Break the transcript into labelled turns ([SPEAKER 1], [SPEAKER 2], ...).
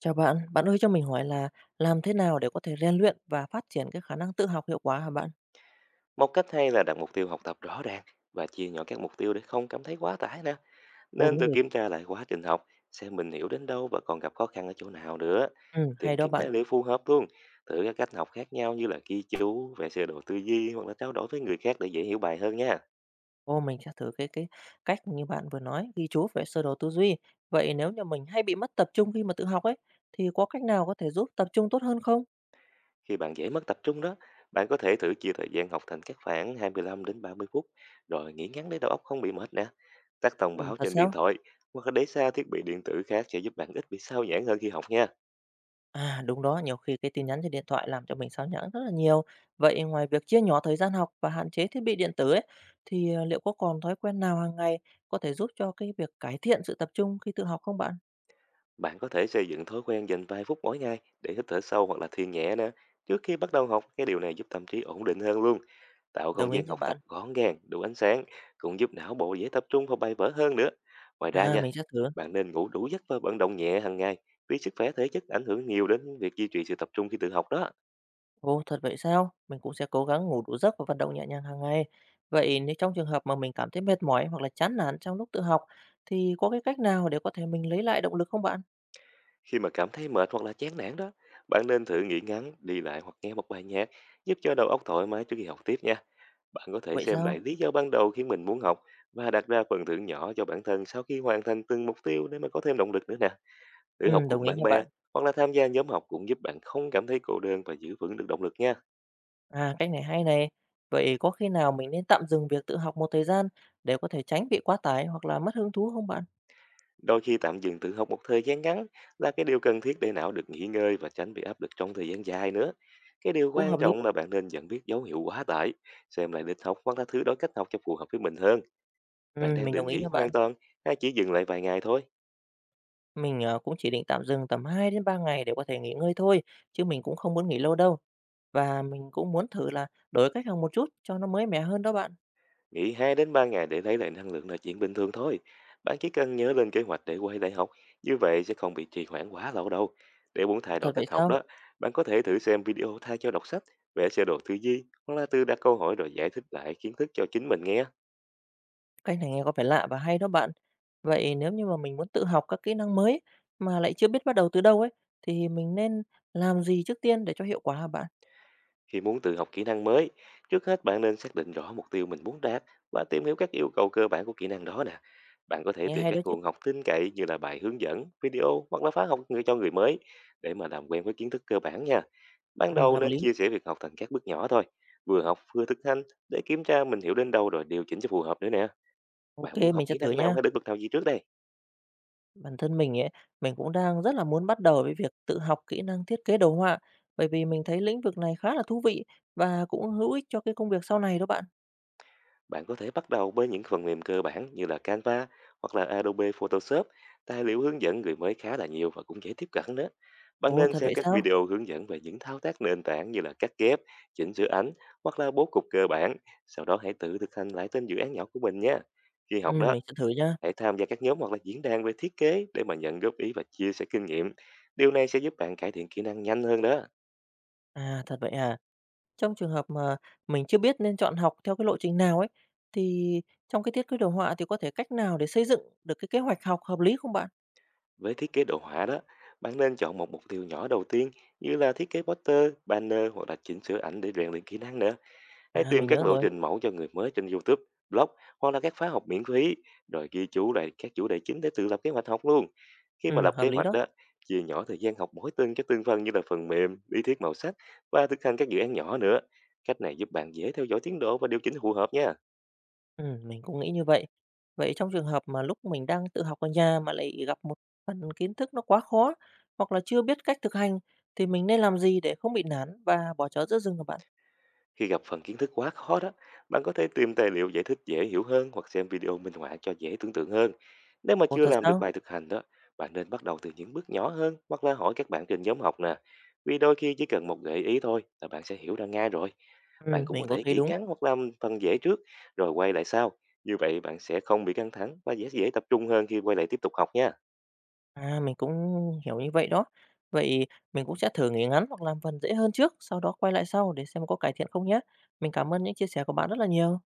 [SPEAKER 1] Chào bạn, bạn ơi cho mình hỏi là làm thế nào để có thể rèn luyện và phát triển cái khả năng tự học hiệu quả hả bạn?
[SPEAKER 2] Một cách hay là đặt mục tiêu học tập rõ ràng và chia nhỏ các mục tiêu để không cảm thấy quá tải nè.
[SPEAKER 1] Ồ
[SPEAKER 2] Nên
[SPEAKER 1] đúng
[SPEAKER 2] tự
[SPEAKER 1] rồi.
[SPEAKER 2] kiểm tra lại quá trình học, xem mình hiểu đến đâu và còn gặp khó khăn ở chỗ nào nữa.
[SPEAKER 1] Ừ, hay
[SPEAKER 2] Tìm
[SPEAKER 1] đó
[SPEAKER 2] kiếm
[SPEAKER 1] bạn.
[SPEAKER 2] tài liệu phù hợp luôn. Thử các cách học khác nhau như là ghi chú, vẽ sơ đồ tư duy hoặc là trao đổi với người khác để dễ hiểu bài hơn nha.
[SPEAKER 1] Ô mình sẽ thử cái cách như bạn vừa nói, ghi chú về sơ đồ tư duy. Vậy nếu như mình hay bị mất tập trung khi mà tự học ấy thì có cách nào có thể giúp tập trung tốt hơn không?
[SPEAKER 2] Khi bạn dễ mất tập trung đó, bạn có thể thử chia thời gian học thành các khoảng 25 đến 30 phút, rồi nghỉ ngắn để đầu óc không bị mệt nè. Tắt thông
[SPEAKER 1] Ừ,
[SPEAKER 2] báo
[SPEAKER 1] thật
[SPEAKER 2] trên điện
[SPEAKER 1] sao?
[SPEAKER 2] thoại hoặc là để xa thiết bị điện tử khác sẽ giúp bạn ít bị sao nhãng hơn khi học nha.
[SPEAKER 1] À đúng đó, nhiều khi cái tin nhắn trên điện thoại làm cho mình sao nhãng rất là nhiều. Vậy ngoài việc chia nhỏ thời gian học và hạn chế thiết bị điện tử ấy thì liệu có còn thói quen nào hàng ngày có thể giúp cho cái việc cải thiện sự tập trung khi tự học không bạn?
[SPEAKER 2] Bạn có thể xây dựng thói quen dành vài phút mỗi ngày để hít thở sâu hoặc là thiền nhẹ nè. Trước khi bắt đầu học, cái điều này giúp tâm trí ổn định hơn luôn, tạo
[SPEAKER 1] Đồng
[SPEAKER 2] không
[SPEAKER 1] ý
[SPEAKER 2] gian
[SPEAKER 1] nha
[SPEAKER 2] học
[SPEAKER 1] bạn.
[SPEAKER 2] tập gọn gàng, đủ ánh sáng, cũng giúp não bộ dễ tập trung vào bài vở hơn nữa. Ngoài ra
[SPEAKER 1] À,
[SPEAKER 2] nha,
[SPEAKER 1] mình sẽ thử.
[SPEAKER 2] bạn nên ngủ đủ giấc và vận động nhẹ hàng ngày, vì sức khỏe thể chất ảnh hưởng nhiều đến việc duy trì sự tập trung khi tự học đó.
[SPEAKER 1] Ồ, thật vậy sao? Mình cũng sẽ cố gắng ngủ đủ giấc và vận động nhẹ nhàng hàng ngày. Vậy nếu trong trường hợp mà mình cảm thấy mệt mỏi hoặc là chán nản trong lúc tự học thì có cái cách nào để có thể mình lấy lại động lực không bạn?
[SPEAKER 2] Khi mà cảm thấy mệt hoặc là chán nản đó, bạn nên thử nghỉ ngắn, đi lại hoặc nghe một bài nhạc, giúp cho đầu óc thoải mái trước khi học tiếp nha. Bạn có thể
[SPEAKER 1] Vậy
[SPEAKER 2] xem
[SPEAKER 1] sao?
[SPEAKER 2] lại lý do ban đầu khiến mình muốn học và đặt ra phần thưởng nhỏ cho bản thân sau khi hoàn thành từng mục tiêu để mà có thêm động lực nữa nè. Thử
[SPEAKER 1] Ừ,
[SPEAKER 2] học
[SPEAKER 1] đồng
[SPEAKER 2] cùng
[SPEAKER 1] ý
[SPEAKER 2] bạn
[SPEAKER 1] nha
[SPEAKER 2] bè
[SPEAKER 1] bạn.
[SPEAKER 2] hoặc là tham gia nhóm học cũng giúp bạn không cảm thấy cô đơn và giữ vững được động lực nha.
[SPEAKER 1] À, cách này hay này. Vậy có khi nào mình nên tạm dừng việc tự học một thời gian để có thể tránh bị quá tải hoặc là mất hứng thú không bạn?
[SPEAKER 2] Đôi khi tạm dừng tự học một thời gian ngắn là cái điều cần thiết để não được nghỉ ngơi và tránh bị áp lực trong thời gian dài nữa. Cái điều
[SPEAKER 1] Cũng hợp
[SPEAKER 2] quan
[SPEAKER 1] lý.
[SPEAKER 2] trọng là bạn nên nhận biết dấu hiệu quá tải, xem lại lịch học hoặc là thứ đổi cách học cho phù hợp với mình hơn.
[SPEAKER 1] Ừ,
[SPEAKER 2] Bạn đang
[SPEAKER 1] mình đồng
[SPEAKER 2] định
[SPEAKER 1] ý
[SPEAKER 2] nghỉ
[SPEAKER 1] nha bạn.
[SPEAKER 2] hoàn toàn hay chỉ dừng lại vài ngày thôi?
[SPEAKER 1] Mình, cũng chỉ định tạm dừng tầm 2 đến 3 ngày để có thể nghỉ ngơi thôi, chứ mình cũng không muốn nghỉ lâu đâu. Và mình cũng muốn thử là đổi cách học một chút cho nó mới mẻ hơn đó bạn.
[SPEAKER 2] Nghỉ 2 đến 3 ngày để lấy lại năng lượng là chuyện bình thường thôi. Bạn chỉ cần nhớ lên kế hoạch để quay lại học, như vậy sẽ không bị trì hoãn quá lâu đâu. Để muốn thay đổi
[SPEAKER 1] Thật vậy
[SPEAKER 2] cách học
[SPEAKER 1] sao?
[SPEAKER 2] đó, bạn có thể thử xem video thay cho đọc sách, vẽ sơ đồ tư duy, hoặc là tự đặt câu hỏi rồi giải thích lại kiến thức cho chính mình nghe.
[SPEAKER 1] Cách này nghe có vẻ lạ và hay đó bạn. Vậy nếu như mà mình muốn tự học các kỹ năng mới mà lại chưa biết bắt đầu từ đâu ấy, thì mình nên làm gì trước tiên để cho hiệu quả hả bạn?
[SPEAKER 2] Khi muốn tự học kỹ năng mới, trước hết bạn nên xác định rõ mục tiêu mình muốn đạt và tìm hiểu các yêu cầu cơ bản của kỹ năng đó nè. Bạn có thể
[SPEAKER 1] Nghe
[SPEAKER 2] tìm
[SPEAKER 1] hay đó
[SPEAKER 2] các
[SPEAKER 1] chứ.
[SPEAKER 2] nguồn học tin cậy như là bài hướng dẫn, video hoặc là khóa học người cho người mới để mà làm quen với kiến thức cơ bản nha. Ban đầu
[SPEAKER 1] Hợp
[SPEAKER 2] nên
[SPEAKER 1] lý.
[SPEAKER 2] chia sẻ việc học thành các bước nhỏ thôi, vừa học vừa thực hành để kiểm tra mình hiểu đến đâu rồi điều chỉnh cho phù hợp nữa nè.
[SPEAKER 1] Ok,
[SPEAKER 2] Bạn muốn học
[SPEAKER 1] mình sẽ
[SPEAKER 2] kỹ
[SPEAKER 1] thử
[SPEAKER 2] năng nào
[SPEAKER 1] nha.
[SPEAKER 2] hay lĩnh vực nào gì trước đây?
[SPEAKER 1] Bản thân mình ấy, mình cũng đang rất là muốn bắt đầu với việc tự học kỹ năng thiết kế đồ họa, bởi vì mình thấy lĩnh vực này khá là thú vị và cũng hữu ích cho cái công việc sau này đó bạn.
[SPEAKER 2] Bạn có thể bắt đầu với những phần mềm cơ bản như là Canva hoặc là Adobe Photoshop. Tài liệu hướng dẫn người mới khá là nhiều và cũng dễ tiếp cận nữa. Bạn
[SPEAKER 1] Ồ,
[SPEAKER 2] nên
[SPEAKER 1] thật
[SPEAKER 2] xem
[SPEAKER 1] vậy
[SPEAKER 2] các
[SPEAKER 1] sao?
[SPEAKER 2] video hướng dẫn về những thao tác nền tảng như là cắt ghép, chỉnh sửa ảnh hoặc là bố cục cơ bản. Sau đó hãy tự thực hành lại tên dự án nhỏ của mình nhé. Khi
[SPEAKER 1] Ừ,
[SPEAKER 2] học đó,
[SPEAKER 1] mình sẽ thử nha.
[SPEAKER 2] hãy tham gia các nhóm hoặc là diễn đàn về thiết kế để mà nhận góp ý và chia sẻ kinh nghiệm. Điều này sẽ giúp bạn cải thiện kỹ năng nhanh hơn đó.
[SPEAKER 1] À, thật vậy à. Trong trường hợp mà mình chưa biết nên chọn học theo cái lộ trình nào ấy, thì trong cái thiết kế đồ họa thì có thể cách nào để xây dựng được cái kế hoạch học hợp lý không bạn?
[SPEAKER 2] Với thiết kế đồ họa đó, bạn nên chọn một mục tiêu nhỏ đầu tiên như là thiết kế poster, banner hoặc là chỉnh sửa ảnh để rèn luyện kỹ năng nữa. Hãy
[SPEAKER 1] À,
[SPEAKER 2] tìm
[SPEAKER 1] mình
[SPEAKER 2] các
[SPEAKER 1] nhớ
[SPEAKER 2] lộ
[SPEAKER 1] rồi.
[SPEAKER 2] trình mẫu cho người mới trên YouTube, blog hoặc là các khóa học miễn phí, rồi ghi chú lại các chủ đề chính để tự lập kế hoạch học luôn. Khi mà
[SPEAKER 1] Ừ,
[SPEAKER 2] lập
[SPEAKER 1] hợp
[SPEAKER 2] kế
[SPEAKER 1] lý
[SPEAKER 2] hoạch
[SPEAKER 1] đó.
[SPEAKER 2] đó, chia nhỏ thời gian học mỗi tuần cho từng phần như là phần mềm, lý thuyết màu sắc và thực hành các dự án nhỏ nữa. Cách này giúp bạn dễ theo dõi tiến độ và điều chỉnh phù hợp nha.
[SPEAKER 1] Mình cũng nghĩ như vậy. Vậy trong trường hợp mà lúc mình đang tự học ở nhà mà lại gặp một phần kiến thức nó quá khó hoặc là chưa biết cách thực hành thì mình nên làm gì để không bị nản và bỏ chó giữa rừng hả bạn?
[SPEAKER 2] Khi gặp phần kiến thức quá khó đó, bạn có thể tìm tài liệu giải thích dễ hiểu hơn hoặc xem video minh họa cho dễ tưởng tượng hơn. Nếu mà
[SPEAKER 1] Ồ,
[SPEAKER 2] chưa
[SPEAKER 1] thật
[SPEAKER 2] làm được
[SPEAKER 1] sao?
[SPEAKER 2] bài thực hành đó, bạn nên bắt đầu từ những bước nhỏ hơn hoặc là hỏi các bạn trên nhóm học nè. Vì đôi khi chỉ cần một gợi ý thôi là bạn sẽ hiểu ra ngay rồi. Bạn cũng có
[SPEAKER 1] Mình cũng
[SPEAKER 2] thể
[SPEAKER 1] thấy
[SPEAKER 2] nghĩ
[SPEAKER 1] đúng.
[SPEAKER 2] ngắn hoặc làm phần dễ trước rồi quay lại sau. Như vậy bạn sẽ không bị căng thẳng và dễ dễ tập trung hơn khi quay lại tiếp tục học nha.
[SPEAKER 1] À, mình cũng hiểu như vậy đó. Vậy mình cũng sẽ thử nghỉ ngắn hoặc làm phần dễ hơn trước, sau đó quay lại sau để xem có cải thiện không nhé. Mình cảm ơn những chia sẻ của bạn rất là nhiều.